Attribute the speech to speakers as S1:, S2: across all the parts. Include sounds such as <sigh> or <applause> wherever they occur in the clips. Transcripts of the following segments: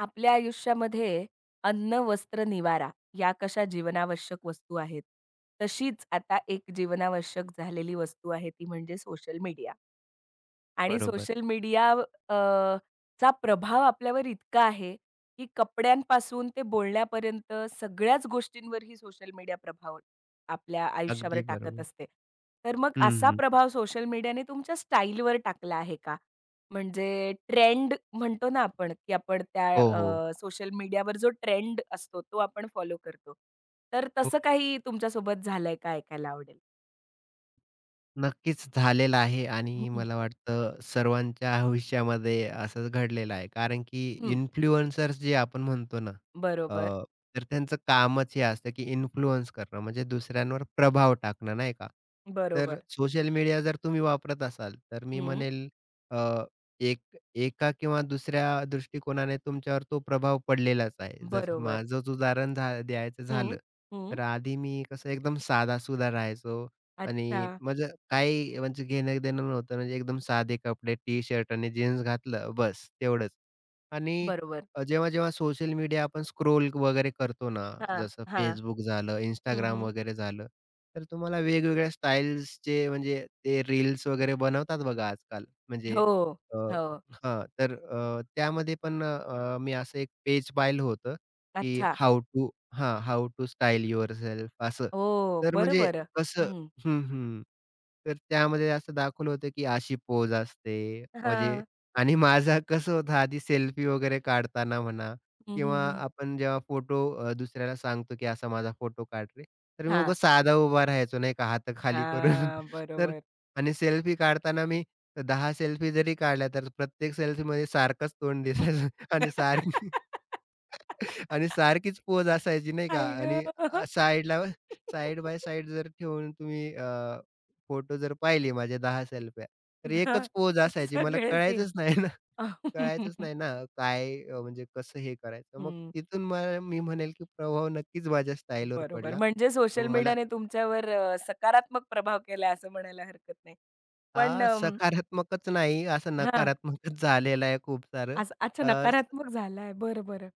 S1: आपल्या आयुष्यामध्ये अन्न, वस्त्र, निवारा या कशा जीवनावश्यक वस्तू आहेत. तशीच आता एक जीवनावश्यक झालेली वस्तू आहे ती म्हणजे सोशल मीडिया. आणि
S2: बरोबर.
S1: सोशल मीडिया अ, चा प्रभाव आपल्यावर इतका आहे, की कपड्यांपासून ते बोलण्यापर्यंत सगळ्याच गोष्टींवर ही सोशल मीडिया प्रभाव आपल्या आयुष्यावर
S2: अगदी
S1: टाकत
S2: बरोबर.
S1: असते. तर मग
S2: हं,
S1: असा
S2: हं.
S1: प्रभाव सोशल मीडियाने तुमच्या स्टाईलवर टाकला आहे का? म्हणजे ट्रेंड म्हणतो ना आपण, की आपण
S2: हो, हो.
S1: त्या सोशल मीडियावर जो ट्रेंड असतो तो आपण फॉलो करतो. तर तसं काही तुमच्यासोबत झालंय का ऐकायला आवडेल?
S2: नक्कीच झालेलं आहे आणि
S1: हं,
S2: मला वाटतं सर्वांच्या आयुष्यामध्ये असंच घडलेलं आहे. कारण की
S1: हं.
S2: इन्फ्लुएन्सर्स जे आपण म्हणतो ना, अ,
S1: बरोबर,
S2: तर त्यांचं कामच हे असतं की इन्फ्लुअन्स करणं म्हणजे दुसऱ्यांवर प्रभाव टाकणं नाही का? तर
S1: बरोबर.
S2: सोशल मीडिया जर तुम्ही वापरत असाल, तर मी
S1: हं.
S2: म्हणेल अ, एक एका किंवा दुसऱ्या दृष्टिकोनाने तुमच्यावर तो प्रभाव पडलेलाच आहे. जर
S1: बरोबर.
S2: माझंच उदाहरण द्यायचं
S1: हं,
S2: झालं,
S1: हं.
S2: तर आधी मी कसं एकदम साधासुधा राहायचो.
S1: अच्छा.
S2: आणि माझं काही म्हणजे घेणं-देणं नव्हतं. म्हणजे एकदम साधे कपडे, टी-शर्ट आणि जीन्स घातलं बस तेवढंच. आणि
S1: बरोबर.
S2: जेव्हा-जेव्हा सोशल मीडिया आपण स्क्रोल वगैरे करतो ना,
S1: हां,
S2: जसं
S1: हां.
S2: Facebook झालं,
S1: हं,
S2: इंस्टाग्राम
S1: हं.
S2: वगैरे झालं, तर तुम्हाला वेगवेगळ्या स्टाईल्सचे म्हणजे ते रील्स वगैरे बनवतात बघा आजकाल. म्हणजे
S1: हो,
S2: अ,
S1: हो.
S2: हां, तर त्यामध्ये पण मी असं एक पेज पाहिलं होतं, की
S1: अच्छा.
S2: हाऊ टू स्टाईल युअरसेल्फ असं.
S1: हो.
S2: तर
S1: बरं,
S2: म्हणजे
S1: बरं.
S2: कसं
S1: हं.
S2: हं, हं. तर त्यामध्ये असं दाखवलं होतं, की अशी पोज असते. म्हणजे
S1: हां.
S2: आणि <laughs> माझा कसं होतं आधी सेल्फी वगैरे काढताना म्हणा
S1: हं, हं,
S2: किंवा
S1: हं.
S2: आपण जेव्हा फोटो दुसऱ्याला सांगतो, की असा माझा फोटो काढ रे. तर मी
S1: हां.
S2: उगाच साधा उभा राहायचो नाही का हात खाली करून.
S1: हां.
S2: <laughs> तर
S1: बरोबर.
S2: आणि सेल्फी काढताना मी 10 सेल्फी जरी काढल्या, तर प्रत्येक सेल्फीमध्ये सारखंच तोंड दिसायचं <laughs> आणि सारखी
S1: <laughs>
S2: आणि सारखीच पोज असायची नाही का
S1: आई
S2: आणि
S1: गं!
S2: साइड बाय साइड जर ठेवून तुम्ही फोटो जर पाहिले माझ्या 10 सेल्फ्या, तर
S1: हां.
S2: एकच पोज असायची. मला
S1: सगळे सेम.
S2: कळायचंच नाही ना, <laughs> कळायचंच नाही ना काय म्हणजे कसं हे करायचं. मग
S1: हं.
S2: तिथून मला मी म्हणेल की प्रभाव नक्कीच माझ्या स्टाईलवर
S1: बरोबर.
S2: पडला.
S1: म्हणजे सोशल
S2: मग मला
S1: मीडियाने तुमच्यावर सकारात्मक प्रभाव केला असं म्हणायला हरकत नाही. पण
S2: हा सकारात्मकच नाही, असं
S1: हां.
S2: नकारात्मकच झालेलं आहे खूप सारं.
S1: आज अच्छा नकारात्मक झालाय. बरं, बरं.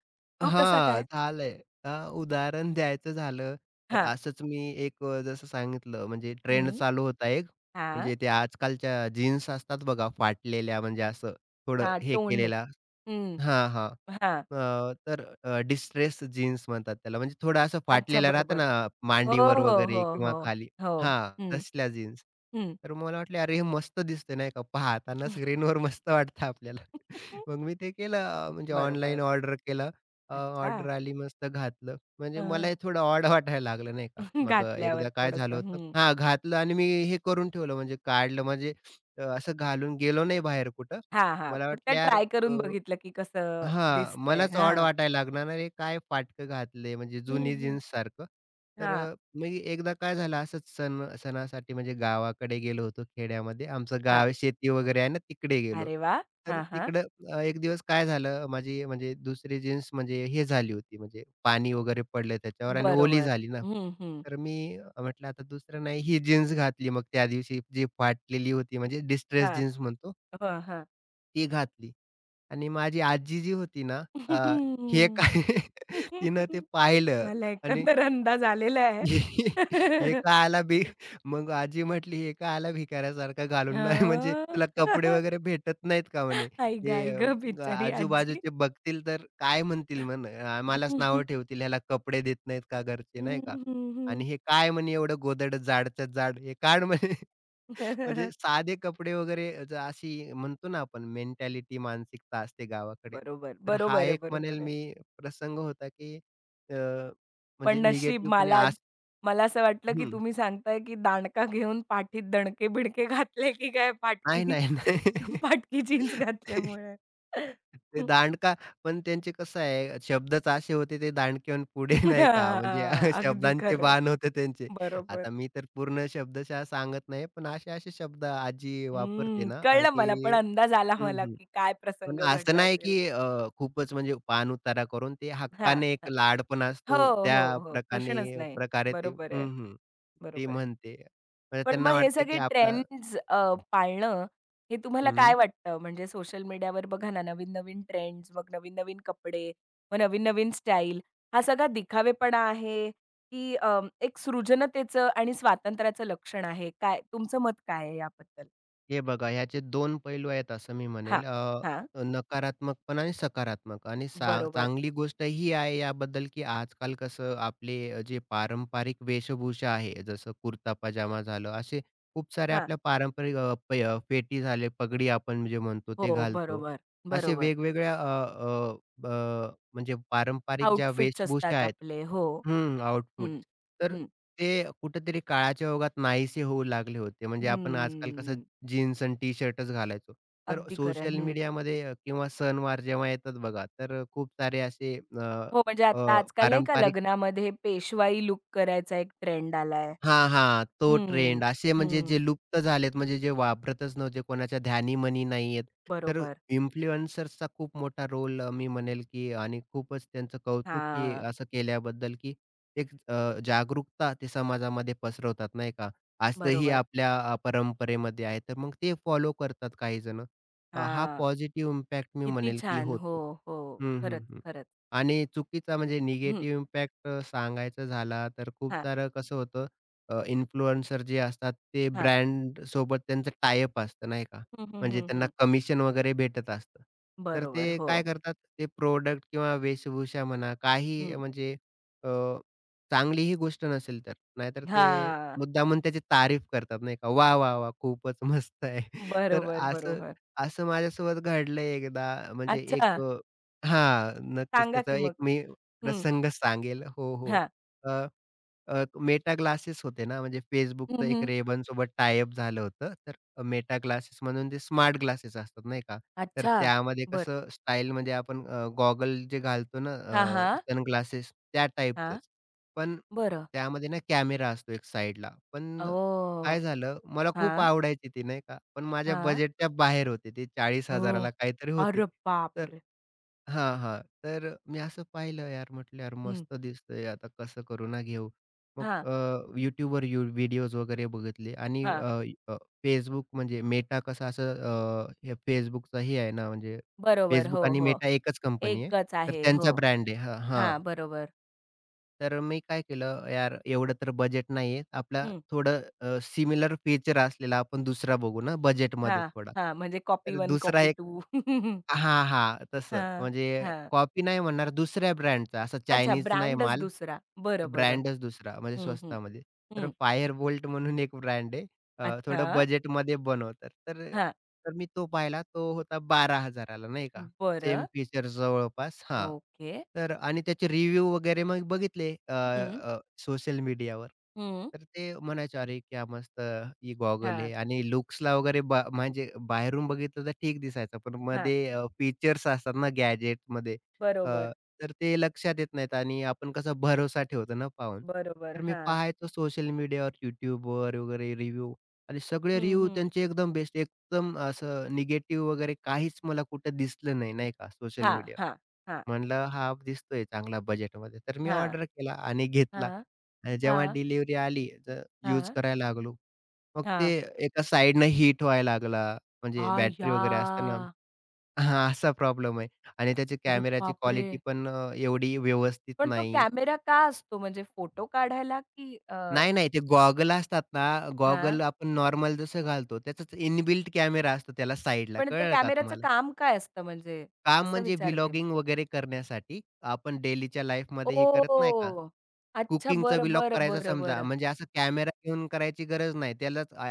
S1: तो कसा
S2: हां,
S1: काय?
S2: झालंय. उदाहरण द्यायचं झालं, तर
S1: हां.
S2: असंच मी एक जसं सांगितलं म्हणजे ट्रेंड
S1: हं.
S2: चालू होता एक,
S1: हां,
S2: म्हणजे ते आजकालच्या जीन्स असतात बघा फाटलेल्या म्हणजे असं थोडं
S1: हां.
S2: हे
S1: तोंड.
S2: केलेला
S1: हं.
S2: हां, हां.
S1: हां.
S2: अ, तर डिस्ट्रेस जीन्स म्हणतात त्याला. म्हणजे थोडं असं
S1: अच्छा
S2: फाटलेलं
S1: बरं,
S2: राहतं
S1: बरं.
S2: ना,
S1: हो,
S2: मांडीवर
S1: हो,
S2: वगैरे
S1: हो,
S2: किंवा
S1: हो.
S2: खाली
S1: हो.
S2: हां,
S1: हं,
S2: तसल्या जीन्स.
S1: हं.
S2: तर मला वाटलं, "अरे, हे मस्त दिसतंय," नाही का, पाहताना स्क्रीनवर मस्त वाटतं आपल्याला. मग
S1: <laughs>
S2: मी ते केलं म्हणजे
S1: बरोबर.
S2: ऑनलाईन ऑर्डर केलं.
S1: अच्छा.
S2: ऑर्डर आली, मस्त घातलं. म्हणजे
S1: हं.
S2: मला हे थोडं ऑड वाटायला लागलं, नाही का.
S1: <laughs>
S2: मग
S1: घातल्यावर
S2: एकदा काय झालं
S1: थोडंसं.
S2: होतं
S1: हं.
S2: हां, घातलं आणि मी हे करून ठेवलं, म्हणजे काढलं. म्हणजे असं घालून गेलो नाही बाहेर कुठं.
S1: हां, हां.
S2: मला
S1: फक्त
S2: वाटलं, "यार,
S1: ट्राय
S2: अ"
S1: करून बघितलं की कसं
S2: हां,
S1: दिसतंय.
S2: मलाच ऑड
S1: हां.
S2: वाटायला लागणार, "अरे, काय फाटकं घातलंय," म्हणजे
S1: हं,
S2: जुनी
S1: हं.
S2: जीन्ससारखं. तर
S1: हां,
S2: मी एकदा काय झालं असंच सणासाठी म्हणजे गावाकडे गेलो होतो खेड्यामध्ये. आमचं गाव
S1: हां.
S2: आहे, शेती वगैरे आहे ना, तिकडे गेलो.
S1: अरे वाह!
S2: तर
S1: हां, हां.
S2: तिकडं एक दिवस काय झालं, माझी म्हणजे दुसरी जीन्स म्हणजे हे झाली होती, म्हणजे पाणी वगैरे पडलं त्याच्यावर आणि ओली
S1: बरोबर.
S2: झाली ना.
S1: हं, हं.
S2: तर मी म्हटलं आता दुसरं नाही, ही जीन्स घातली मग त्या दिवशी जी फाटलेली होती म्हणजे डिस्ट्रेस
S1: हां.
S2: जीन्स म्हणतो,
S1: हं, हां.
S2: ती घातली. आणि माझी आजी जी होती ना, अ, हे काय
S1: <laughs>
S2: <laughs> तिनं ते पाहिलं
S1: मला
S2: आणि
S1: एकंदर अंदाज आलेला आहे.
S2: <laughs> हे
S1: <laughs>
S2: कायला बी मग आजी म्हटली, "हे कायला भिकाऱ्यासारखा घालून नाही म्हणजे
S1: अ,
S2: तुला कपडे
S1: <laughs>
S2: वगैरे भेटत नाहीत का?" म्हणे.
S1: आई गं!
S2: "हे
S1: आई
S2: अ,
S1: गं! बिचारी आजी.
S2: आजूबाजूचे बघतील तर काय म्हणतील म्हणे, आम्हालाच नावं ठेवतील, ह्याला कपडे देत नाहीत का घरचे,"
S1: हं,
S2: नाही का?
S1: हं, हं.
S2: आणि "हे काय म्हणे एवढं गोधड जाडच्या जाड, हे काढ म्हणे." म्हणजे
S1: <laughs>
S2: साधे कपडे वगैरे अशी म्हणतो ना आपण मेंटॅलिटी मानसिकता असते गावाकडे.
S1: बरोबर,
S2: तर हा
S1: बरोबर आहे,
S2: एक म्हणेल
S1: बरोबर आहे.
S2: मी प्रसंग होता, की अ,
S1: पण
S2: म्हणजे
S1: नशीब
S2: निगेटिव्हपणे
S1: मला
S2: आज
S1: मला असं वाटलं, की
S2: हं.
S1: तुम्ही सांगताय, की दांडका घेऊन पाठीत दणके-बिडके घातले, की काय
S2: नाही,
S1: फाटकी
S2: नाही, नाही.
S1: फाटकी <laughs> जीन्स
S2: <laughs>
S1: घातल्यामुळे. <laughs>
S2: ते दांडका पण त्यांचे कसं आहे शब्दच असे होते ते दांडकेहून पुढे नाही का म्हणजे
S1: हां,
S2: <laughs>
S1: अगदी
S2: शब्दांचे
S1: खरं आहे.
S2: बाण होते त्यांचे.
S1: बरोबर.
S2: आता मी तर पूर्ण शब्दशः सांगत नाही, पण असे-असे शब्द आजी वापरते
S1: हम्म,
S2: ना,
S1: कळलं मला, पण
S2: की
S1: अंदाज आला मला, की काय
S2: पण
S1: प्रसंग
S2: असं
S1: घडला
S2: नाही
S1: असेल.
S2: की खूपच म्हणजे पाणउतारा करून ते
S1: हां,
S2: हक्काने
S1: हां.
S2: एक लाड पण असतो
S1: हो, हो,
S2: त्या
S1: हो. प्रश्नच
S2: प्रकारे
S1: नाही.
S2: प्रकारे ते
S1: बरोबर
S2: हं,
S1: आहे,
S2: हं. ती
S1: बरोबर आहे.
S2: म्हणते. म्हणजे
S1: पण मग
S2: त्यांना
S1: हे
S2: वाटते की
S1: सगळे
S2: आपला
S1: ट्रेंड्स पाळणं हे तुम्हाला काय वाटतं? म्हणजे सोशल मीडियावर बघा ना, नवीन-नवीन ट्रेंड्स, मग नवीन-नवीन कपडे, मग नवीन-नवीन स्टाईल, हा सगळा दिखावेपणा आहे, की एक सृजनतेचं आणि स्वातंत्र्याचं लक्षण आहे? काय तुमचं मत काय आहे याबद्दल?
S2: हे बघा ह्याचे 2 पैलू आहेत असं मी
S1: हां,
S2: म्हणेल.
S1: हां.
S2: नकारात्मक पण आणि सकारात्मक आणि
S1: बरोबर.
S2: चांगली गोष्ट ही आहे याबद्दल, की आजकाल कसं आपले जे पारंपरिक वेशभूषा आहे, जसं कुर्ता पजामा झालं, असे खूप सारे
S1: हां.
S2: आपल्या पारंपरिक फेटी झाले, पगडी आपण जे म्हणतो
S1: हो,
S2: ते घालतो.
S1: बरोबर,
S2: असे
S1: बरोबर.
S2: वेगवेगळ्या अ, अ, अ, म्हणजे पारंपरिक ज्या
S1: आउटफिट्स
S2: वेशभूषा
S1: असतात
S2: आहेत
S1: आपले. हो.
S2: हं,
S1: हं,
S2: आउटफिट्स. तर
S1: हं.
S2: ते कुठेतरी काळाच्या ओघात नाहीसे होऊ लागले होते. म्हणजे आपण आजकाल कसं
S1: हम्म.
S2: जीन्स आणि टी-शर्टच घालायचो. तर
S1: अगदी खरं आहे.
S2: सोशल
S1: हं.
S2: मीडियामध्ये किंवा सणवार जेव्हा येतात बघा, तर खूप सारे असे अ,
S1: हो, म्हणजे
S2: अ,
S1: आता आजकाल नाही का
S2: पारंपरिक
S1: लग्नामध्ये पेशवाई लूक करायचा एक ट्रेंड आलाय.
S2: हां, हां. तो
S1: हं,
S2: ट्रेंड असे म्हणजे
S1: हं.
S2: जे लुप्त झालेत म्हणजे जे वापरतच नव्हते कोणाच्या ध्यानीमनी नाहीयेत. तर
S1: बरोबर.
S2: इन्फ्लुएन्सर्सचा खूप मोठा रोल मी म्हणेल, की आणि खूपच त्यांचं कौतुक, की
S1: हां,
S2: असं केल्याबद्दल, की एक जागरूकता ते समाजामध्ये पसरवतात नाही का? आजही
S1: बरोबर.
S2: आपल्या परंपरेमध्ये आहे. तर मग ते फॉलो करतात काही हा
S1: हां.
S2: पॉझिटिव्ह इम्पॅक्ट मी
S1: किती
S2: म्हणेल, की
S1: छान. हो,
S2: होतो.
S1: हो.
S2: हं,
S1: खरंच,
S2: हं, हं.
S1: खरंच.
S2: आणि चुकीचा म्हणजे
S1: हं.
S2: निगेटिव्ह इम्पॅक्ट झाला तर खूप
S1: हां,
S2: सारं कसं होतं इन्फ्लुएन्सर जे असतात ते
S1: हां.
S2: ब्रँड सोबत त्यांचं टाय अप असतं नाही का?
S1: हं, हं,
S2: म्हणजे
S1: हं,
S2: त्यांना
S1: हं.
S2: कमिशन वगैरे भेटत असतं. तर ते
S1: बरोबर. हो.
S2: काय करतात ते प्रॉडक्ट किंवा वेशभूषा म्हणा काही
S1: हं.
S2: म्हणजे अ, चांगलीही गोष्ट नसेल तर. नाहीतर ते
S1: हां.
S2: मुद्दामून त्याची तारीफ करतात नाही का? "वाह! वाह! वाह! खूपच मस्त आहे." <laughs> तर
S1: बरोबर,
S2: असं
S1: बरोबर.
S2: असं माझ्यासोबत घडलंय एकदा म्हणजे
S1: अच्छा.
S2: एक हां, नक्कीच.
S1: सांगा की
S2: त्याचा
S1: मग?
S2: एक मी
S1: हं.
S2: प्रसंग सांगेल. हो, हो.
S1: हां.
S2: अ, अ, Meta ग्लासेस होते ना, म्हणजे
S1: हं,
S2: Facebookचं एक
S1: हं.
S2: Ray-Banसोबत टाय अप झालं होतं. तर Meta ग्लासेस म्हणून ते स्मार्ट ग्लासेस असतात नाही का. तर
S1: अच्छा.
S2: त्यामध्ये
S1: बरं.
S2: कसं स्टाईल म्हणजे आपण गॉगल जे घालतो ना
S1: हां, हां.
S2: सनग्लासेस त्या
S1: हां,
S2: टाइपचंच. पण
S1: बरं.
S2: त्यामध्ये ना कॅमेरा असतो एक साइडला. पण
S1: ओह!
S2: काय झालं, मला खूप
S1: हां,
S2: आवडायची ती नाही का, पण माझ्या
S1: हां.
S2: बजेटच्या बाहेर होती ती 40,000
S1: ओह!
S2: ला काहीतरी होती.
S1: अरे
S2: तर
S1: बापरे!
S2: हां, हां. तर मी असं पाहिलं यार, म्हटलं यार
S1: हं.
S2: मस्त दिसतंय आता कसं करू ना घेऊ. मग
S1: हां,
S2: YouTubeवर व्हिडिओज वगैरे बघितले आणि
S1: हां.
S2: अ, अ, Facebook म्हणजे Meta कसं असं Facebookचा हे आहे ना, म्हणजे
S1: बरोबर. हो,
S2: Facebook आणि
S1: हो.
S2: Meta एकच कंपनी आहे.
S1: एकच
S2: तर
S1: आहे.
S2: त्यांचा
S1: हो.
S2: ब्रँड आहे. हां, हां.
S1: हां, बरोबर.
S2: तर मी काय केलं, "यार, एवढं तर बजेट नाहीये. आपला
S1: हं.
S2: थोडं सिमिलर फीचर असलेला आपण दुसरा बघू ना बजेटमध्ये
S1: हां,
S2: थोडा."
S1: हां. म्हणजे कॉपी
S2: तर
S1: 1,
S2: दुसरा
S1: कॉपी
S2: एक
S1: 2. <laughs>
S2: हां, हां. तसं
S1: हां,
S2: म्हणजे
S1: हां.
S2: कॉपी नाही म्हणणार, दुसऱ्या ब्रँडचा असा
S1: अच्छा
S2: चायनीज नाही
S1: ब्रँडच
S2: माल.
S1: दुसरा. बरं, बरं.
S2: ब्रँडच दुसरा म्हणजे
S1: हं, हं,
S2: स्वस्तामध्ये. तर
S1: हं.
S2: Firebolt म्हणून एक ब्रँड आहे. थोडं
S1: अच्छा.
S2: बजेटमध्ये बनवतात. तर
S1: हां.
S2: तर मी तो पाहिला. तो होता 12,000 ला नाही का. सेम
S1: बरं.
S2: फीचर्स जवळपास हां.
S1: ओके.
S2: तर आणि त्याचे रिव्ह्यू वगैरे मग बघितले अ,
S1: हं,
S2: अ, सोशल मीडियावर.
S1: हं.
S2: तर ते म्हणायचे, "अरे क्या मस्त ही गॉगल
S1: हां,
S2: आहे" आणि लुक्सला वगैरे म्हणजे बाहेरून बघितलं तर ठीक दिसायचं. पण
S1: हां.
S2: मध्ये फीचर्स असतात ना गॅजेटमध्ये अ,
S1: बरोबर,
S2: तर ते लक्षात येत नाहीत आणि आपण कसा भरोसा ठेवतो ना पाहून.
S1: बरोबर.
S2: तर मी
S1: हां.
S2: पाहायचो सोशल मीडियावर, YouTubeवर वगैरे रिव्ह्यू आणि सगळे
S1: हं,
S2: रिव्ह्यू
S1: हं.
S2: त्यांचे एकदम बेस्ट, एकदम असं निगेटिव्ह वगैरे काहीच मला कुठं दिसलं नाही, नाही का सोशल
S1: हां,
S2: मीडियावर.
S1: हां, हां,
S2: म्हणलं हा दिसतोय चांगला बजेटमध्ये. तर मी
S1: हां,
S2: ऑर्डर केला आणि घेतला.
S1: हां.
S2: आणि जेव्हा
S1: हां,
S2: डिलिव्हरी आली यूज
S1: हां,
S2: करायला लागलो. मग ते
S1: हां.
S2: एका साइडनं हीट व्हायला लागला. म्हणजे बॅटरी
S1: आय्या!
S2: वगैरे असते हां, असा प्रॉब्लेम आहे आणि त्याची
S1: अरे
S2: कॅमेराची
S1: बापरे!
S2: क्वालिटी पण एवढी व्यवस्थित
S1: पण तो
S2: नाही.
S1: कॅमेरा का असतो म्हणजे फोटो काढायला की
S2: नाही, नाही. ते गॉगल असतात ना,
S1: हां.
S2: गॉगल आपण नॉर्मल जसं घालतो, त्याचाच इनबिल्ट कॅमेरा असतो त्याला साइडला.
S1: पण ते
S2: कळलं का
S1: कॅमेऱ्याचं
S2: तुम्हाला?
S1: काम काय असतं म्हणजे?
S2: काम
S1: असं
S2: म्हणजे
S1: विचारते मी.
S2: व्लॉगिंग वगैरे करण्यासाठी आपण डेलीच्या लाईफमध्ये हे करत नाही का?
S1: ओह! अच्छा.
S2: कुकिंगचा
S1: बरं,
S2: व्लॉग
S1: बरं,
S2: करायचा
S1: बरं,
S2: समजा,
S1: बरं.
S2: म्हणजे असा कॅमेरा घेऊन करायची गरज नाही. त्यालाच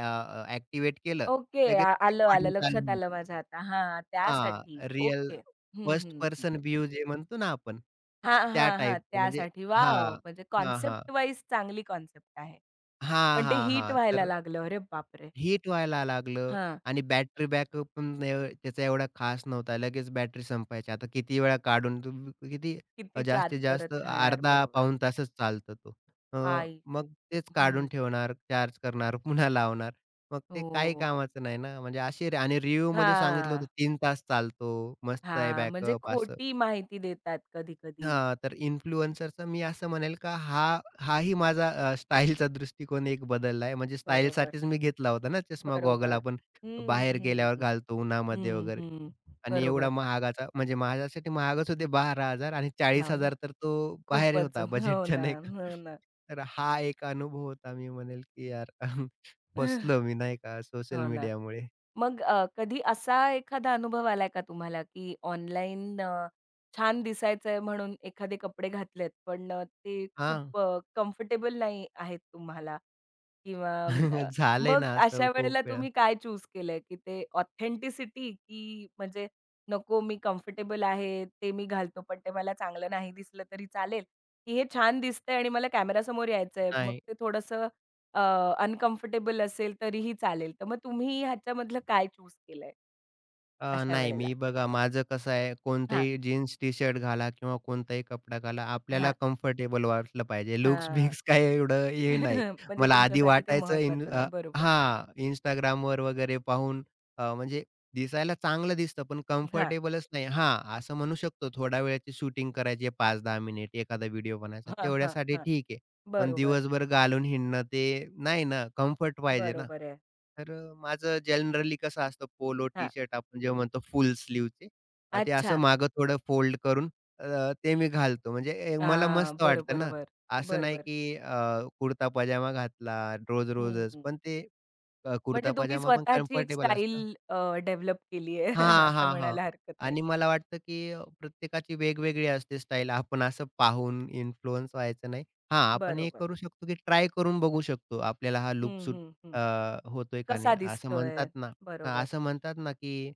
S2: ॲक्टिव्हेट केलं,
S1: ओके.
S2: लगेच
S1: आ आलं, आलं.
S2: रेकॉर्डिंग चालू
S1: लक्षात
S2: होणार.
S1: आलं माझ्या आता. हां,
S2: हां,
S1: त्यासाठी.
S2: Real
S1: okay. हं,
S2: फर्स्ट
S1: हं, हं.
S2: पर्सन व्ह्यू जे म्हणतो ना आपण,
S1: हां,
S2: त्या
S1: हां, हां.
S2: टाईपचं म्हणजे
S1: त्यासाठी. वॉव!
S2: हां,
S1: म्हणजे
S2: हां, हां.
S1: कॉन्सेप्ट वाईज चांगली कॉन्सेप्ट आहे.
S2: हां,
S1: पण ते
S2: हां,
S1: हिट
S2: हां.
S1: व्हायला
S2: तर
S1: लागलं. अरे बापरे!
S2: हीट व्हायला लागलं
S1: हां.
S2: आणि बॅटरी बॅकअप पण त्याचा एवढा खास नव्हता. लगेच बॅटरी संपायची. आता किती वेळा काढून तुम्ही किती
S1: किती चार्ज
S2: जास्तीत जास्त
S1: करत राहणार
S2: अर्धा
S1: बरोबर.
S2: पाऊण तासच चालतो तो. अ,
S1: आई शप
S2: मग तेच
S1: हं.
S2: काढून ठेवणार, चार्ज करणार, पुन्हा लावणार. मग ते काही
S1: हो.
S2: कामाचं नाही ना. म्हणजे असे आणि रिव्ह्यूमध्ये सांगितलं होतं
S1: हां,
S2: 3 तास चालतो, मस्त आहे
S1: हां. म्हणजे
S2: बॅकअप असं.
S1: खोटी माहिती देतात कधी-कधी.
S2: हां, तर इन्फ्लुएन्सरचा मी असं म्हणेल का हाही माझा स्टाईलचा दृष्टिकोन एक बदलला आहे. म्हणजे
S1: बरोबर,
S2: स्टाईलसाठीच मी घेतला होता ना चष्मा, गॉगल
S1: बरोबर.
S2: आपण
S1: हं,
S2: बाहेर गेल्यावर
S1: हं.
S2: घालतो उन्हामध्ये
S1: हं,
S2: वगैरे
S1: हं.
S2: आणि एवढा
S1: बरोबर.
S2: महागाचा म्हणजे माझ्यासाठी महागच होते 12,000 आणि
S1: हो ना.
S2: 40,000 तर तो बाहेर
S1: खूपच.
S2: होता
S1: हो
S2: बजेटच्या
S1: ना,
S2: नाही का.
S1: हो ना.
S2: तर हा एक अनुभव होता मी म्हणेल की यार <laughs>
S1: <laughs>
S2: फसलो मी नाही का सोशल
S1: हो ना.
S2: मीडियामुळे.
S1: मग कधी असा एखादा अनुभव आलाय का तुम्हाला, की ऑनलाईन छान दिसायचंय म्हणून एखादे कपडे घातलेत, पण ते
S2: हां,
S1: खूप कम्फर्टेबल नाही आहेत तुम्हाला किंवा
S2: <laughs> झालंय
S1: मग
S2: ना असं
S1: अशा
S2: खूप
S1: वेळेला
S2: वेळा.
S1: तुम्ही काय चूज केलंय, की ते ऑथेंटिसिटी की म्हणजे नको मी कम्फर्टेबल आहे, ते मी घालतो पण ते मला चांगलं नाही दिसलं तरी चालेल, की हे छान दिसतंय आणि मला कॅमेरासमोर यायचंय. मग
S2: नाही.
S1: ते थोडंसं अनकम्फर्टेबल असेल तरीही चालेल. तर मग तुम्ही ह्याच्यामधलं काय चूज केलंय अशा
S2: नाही,
S1: वेळेला?
S2: मी बघा माझं कसं आहे,
S1: हां,
S2: कोणतंही जीन्स टी-शर्ट घाला किंवा कोणताही कपडा घाला, आपल्याला
S1: हां,
S2: कम्फर्टेबल वाटलं पाहिजे.
S1: हां.
S2: लुक्स-बिक्स काय एवढं हे नाही.
S1: <laughs> म्हणजे
S2: मला आधी
S1: तुमच्यासाठी ते
S2: वाटायचं
S1: महत्वाचं नाही. बरोबर.
S2: हां, Instagramवर वगैरे पाहून म्हणजे दिसायला चांगलं दिसतं, पण
S1: हां,
S2: कम्फर्टेबलच नाही. हां, असं म्हणू शकतो थोड्या वेळाची शूटिंग करायची आहे 5-10 मिनिट, एखादा व्हिडिओ बनायचा,
S1: हां, हां,
S2: तेवढ्यासाठी
S1: हां.
S2: ठीक आहे. पण
S1: बरोबर,
S2: दिवसभर घालून हिंडणं ते नाही ना, कम्फर्ट पाहिजे ना.
S1: बरोबर आहे.
S2: तर माझं जनरली कसं असतं पोलो
S1: हां.
S2: टी-शर्ट आपण जेव्हा म्हणतो फुल स्लीव्हचे. ते असं
S1: अच्छा.
S2: मागं थोडं फोल्ड करून अ, ते मी घालतो. म्हणजे ए मला
S1: हां.
S2: मस्त
S1: बरं,
S2: वाटतं ना.
S1: बरोबर.
S2: असं
S1: बरं,
S2: नाही
S1: बरं.
S2: की कुर्ता पजामा घातला रोज-रोजच.
S1: हं.
S2: पण ते
S1: म्हणजे
S2: कुर्ता
S1: तुम्ही
S2: पजामा पण
S1: स्वतःची एक
S2: कम्फर्टेबल असतं.
S1: स्टाईल डेव्हलप केली आहे
S2: हां,
S1: <laughs> असं
S2: हां, हां.
S1: म्हणायला हरकत नाही.
S2: आणि मला वाटतं, की प्रत्येकाची वेगवेगळी असते स्टाईल. आपण असं पाहून इन्फ्लुअन्स व्हायचं नाही. हां, आपण हे
S1: बरोबर.
S2: करू शकतो, की ट्राय करून बघू शकतो. आपल्याला हा लूक
S1: हं,
S2: सूट
S1: हं, हं.
S2: अ, होतोय का नाही.
S1: कसा
S2: असं
S1: दिसतोय?
S2: म्हणतात ना हां,
S1: बरोबर.
S2: असं म्हणतात ना, की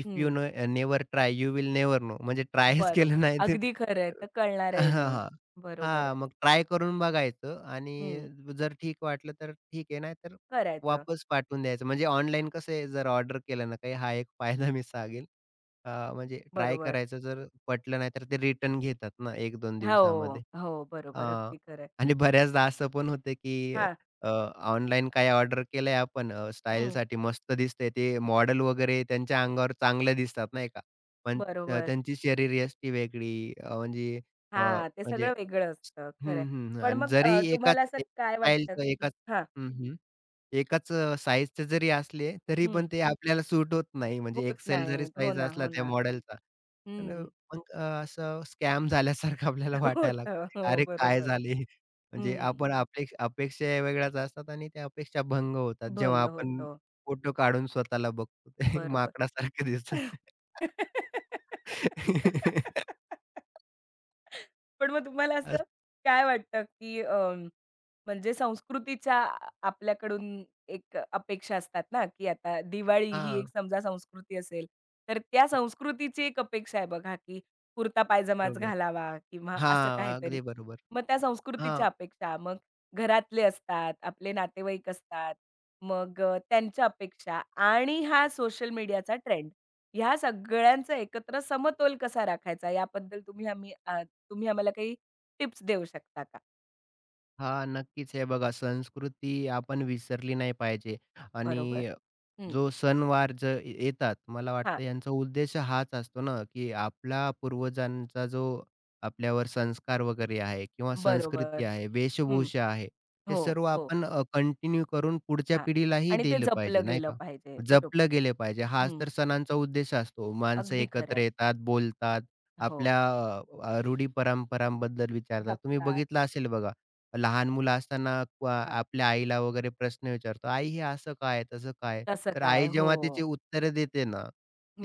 S2: इफ यू
S1: हं.
S2: No never try, you will never know. म्हणजे ट्रायच केलं
S1: बरोबर.
S2: नाही तर
S1: अगदी खरं आहे. तर
S2: हां,
S1: कळणारही नाही.
S2: हां.
S1: बरोबर
S2: हां,
S1: आहे.
S2: मग ट्राय करून बघायचं आणि
S1: हं.
S2: जर ठीक वाटलं तर ठीक आहे, नाहीतर
S1: करायचं.
S2: वापस पाठवून द्यायचं. म्हणजे ऑनलाईन कसं आहे, जर ऑर्डर केलं ना काही, हा एक फायदा मी सांगेल. म्हणजे ट्राय
S1: बरोबर.
S2: करायचं जर पटलं नाही तर ते रिटर्न घेतात ना 1-2
S1: हो,
S2: दिवसामध्ये.
S1: हो. बरोबर.
S2: हां.
S1: अगदी खरं आहे.
S2: आणि बऱ्याचदा असं पण होतं की
S1: हा,
S2: अ, ऑनलाईन काय ऑर्डर केलंय आपण
S1: हं.
S2: स्टाईलसाठी मस्त दिसतंय ते मॉडेल वगैरे त्यांच्या अंगावर चांगलं दिसतात नाही का? पण
S1: बरोबर.
S2: त्यांची शरीरयष्टी वेगळी म्हणजे अ,
S1: हां. ते
S2: म्हणजे
S1: सगळं वेगळं असतं. खरं आहे.
S2: हं, हं.
S1: पण
S2: आणि
S1: मग
S2: जरी एकाच
S1: तुम्हाला असं काय वाटतं
S2: स्टाईलचं
S1: की
S2: एकाच
S1: हां.
S2: हं, हं. एकाच साइजचे जरी असले, तरी
S1: हं.
S2: पण ते आपल्याला सूट होत नाही. म्हणजे
S1: होत
S2: एक्सेल जरी
S1: नाहीत. हो
S2: साइज
S1: ना,
S2: असला
S1: हो
S2: त्या
S1: ना.
S2: मॉडेलचा. पण
S1: हं.
S2: असं स्कॅम झाल्यासारखं आपल्याला वाटायला लागतं.
S1: होतं. हो,
S2: अरे काय
S1: बरोबर.
S2: झाले? म्हणजे
S1: हं.
S2: आपण अपेक्षा वेगळ्याच असतात आणि त्या अपेक्षा भंग होतात. जेव्हा
S1: भंग
S2: आपण
S1: होतो.
S2: फोटो काढून स्वतःला बघतो ते <laughs>
S1: बरोबर.
S2: माकडासारखं दिसतं.
S1: <laughs>
S2: अस <laughs>
S1: पण मग तुम्हाला असं काय वाटतं, की म्हणजे संस्कृतीच्या आ आपल्याकडून एक अपेक्षा असतात ना, की आता दिवाळी ही
S2: हां.
S1: एक समजा संस्कृती असेल, तर त्या संस्कृतीची एक अपेक्षा आहे बघा, की कुर्ता पायजमाच
S2: बरोबर.
S1: घालावा किंवा असं
S2: हां,
S1: काहीतरी.
S2: अगदी बरोबर.
S1: मग त्या
S2: हां.
S1: संस्कृतीच्या अपेक्षा, मग घरातले असतात, आपले नातेवाईक असतात, मग त्यांच्या अपेक्षा आणि हा सोशल मीडियाचा ट्रेंड. ह्या सगळ्यांचा एकत्र समतोल कसा राखायचा याबद्दल तुम्ही आम्हाला काही टिप्स देऊ शकता का?
S2: हां, नक्कीच. हे बघा संस्कृती आपण विसरली नाही पाहिजे
S1: बरोबर.
S2: आणि
S1: हं.
S2: जो सणवार जे येतात मला
S1: हां.
S2: वाटतं यांचा उद्देश हाच असतो ना, की आपला पूर्वजांचा जो आपल्यावर संस्कार वगैरे आहे किंवा संस्कृती
S1: बरोबर.
S2: आहे,
S1: हं.
S2: वेशभूषा आहे, हे
S1: हो,
S2: सर्व
S1: हो.
S2: आपण कंटिन्यू करून पुढच्या
S1: हां.
S2: पिढीलाही
S1: आणि ते
S2: दिलं पाहिजे
S1: जपलं
S2: नाही
S1: गेलं
S2: का?
S1: पाहिजे. बरोबर.
S2: जपलं गेलं पाहिजे. हाच
S1: हं.
S2: तर सणांचा उद्देश असतो. माणसं
S1: अगदी
S2: एकत्र
S1: खरं
S2: येतात, बोलतात,
S1: हो.
S2: आपल्या रूढी परंपरांबद्दल विचारतात. तुम्ही
S1: जपतात.
S2: बघितलं असेल बघा लहान मुलं असताना
S1: हां.
S2: आपल्या आईला वगैरे प्रश्न विचारतो, "आई हे असं काय? तसं काय?"
S1: कसं
S2: तर
S1: काय?
S2: आई
S1: हो.
S2: जेव्हा त्याची उत्तरं देते ना,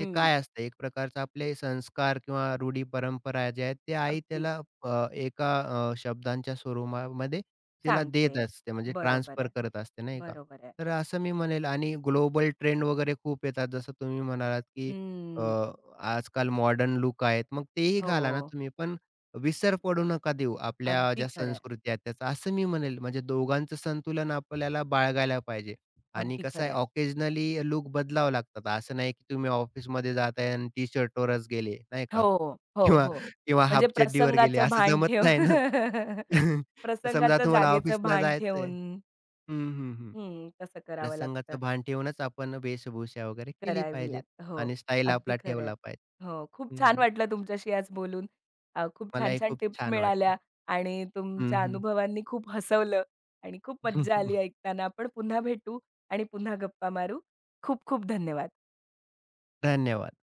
S2: ते काय असतं एक प्रकारचा आपले संस्कार किंवा रूढी परंपरा ज्या आहेत, ते आई
S1: अगदी.
S2: त्याला एका शब्दांच्या स्वरूपामध्ये तिला देत
S1: सांगते.
S2: असते, म्हणजे
S1: बरोबर आहे.
S2: ट्रान्सफर करत असते नाही का?
S1: बरोबर आहे.
S2: तर असं मी म्हणेल आणि ग्लोबल ट्रेंड वगैरे खूप येतात. जसं तुम्ही म्हणालात, की
S1: हं.
S2: अ, आजकाल मॉडर्न लूक आहेत. मग तेही
S1: हो.
S2: घाला ना तुम्ही पण विसर पडू नका देऊ आपल्या
S1: अगदी
S2: ज्या
S1: खरं आहे.
S2: संस्कृती आहेत त्याचा, असं मी म्हणेल. म्हणजे दोघांचं संतुलन आपल्याला बाळगायला पाहिजे. आणि
S1: अगदी
S2: कसं आहे
S1: खरं
S2: ऑकेजनली लूक बदलावे लागतात. असं नाही की तुम्ही ऑफिसमध्ये जाताय आणि टी-शर्टवरच गेले, नाही का?
S1: हो, हो,
S2: किंवा
S1: हो.
S2: किंवा हाफ
S1: म्हणजे
S2: चड्डीवर गेले
S1: प्रसंगाचं
S2: असं
S1: भान
S2: जमत
S1: ठेव
S2: नाही ना.
S1: <laughs>
S2: <laughs> समजा
S1: प्रसंगाचं
S2: तुम्हाला
S1: जागेचं
S2: ऑफिसला
S1: भान
S2: जायचंय
S1: ठेवून
S2: हं, हं, हं.
S1: हं, तसं करावं लागतं.
S2: प्रसंगाचं भान ठेवूनच आपण वेशभूषा वगैरे केली
S1: करावी
S2: पाहिजेत
S1: लागतं. हो,
S2: आणि स्टाईल
S1: अगदी
S2: आपला
S1: खरं आहे.
S2: ठेवला पाहिजे.
S1: हो, खूप
S2: हं,
S1: छान
S2: हं.
S1: वाटलं तुमच्याशी आज बोलून. खूप
S2: मलाही
S1: छान-छान
S2: खूप
S1: टिप्स
S2: छान वाटलं.
S1: मिळाल्या आणि
S2: हं,
S1: तुमच्या
S2: हं.
S1: अनुभवांनी खूप हसवलं आणि खूप मज्जा आली
S2: <laughs>
S1: ऐकताना. आपण पुन्हा भेटू आणि पुन्हा गप्पा मारू. खूप-खूप धन्यवाद.
S2: धन्यवाद.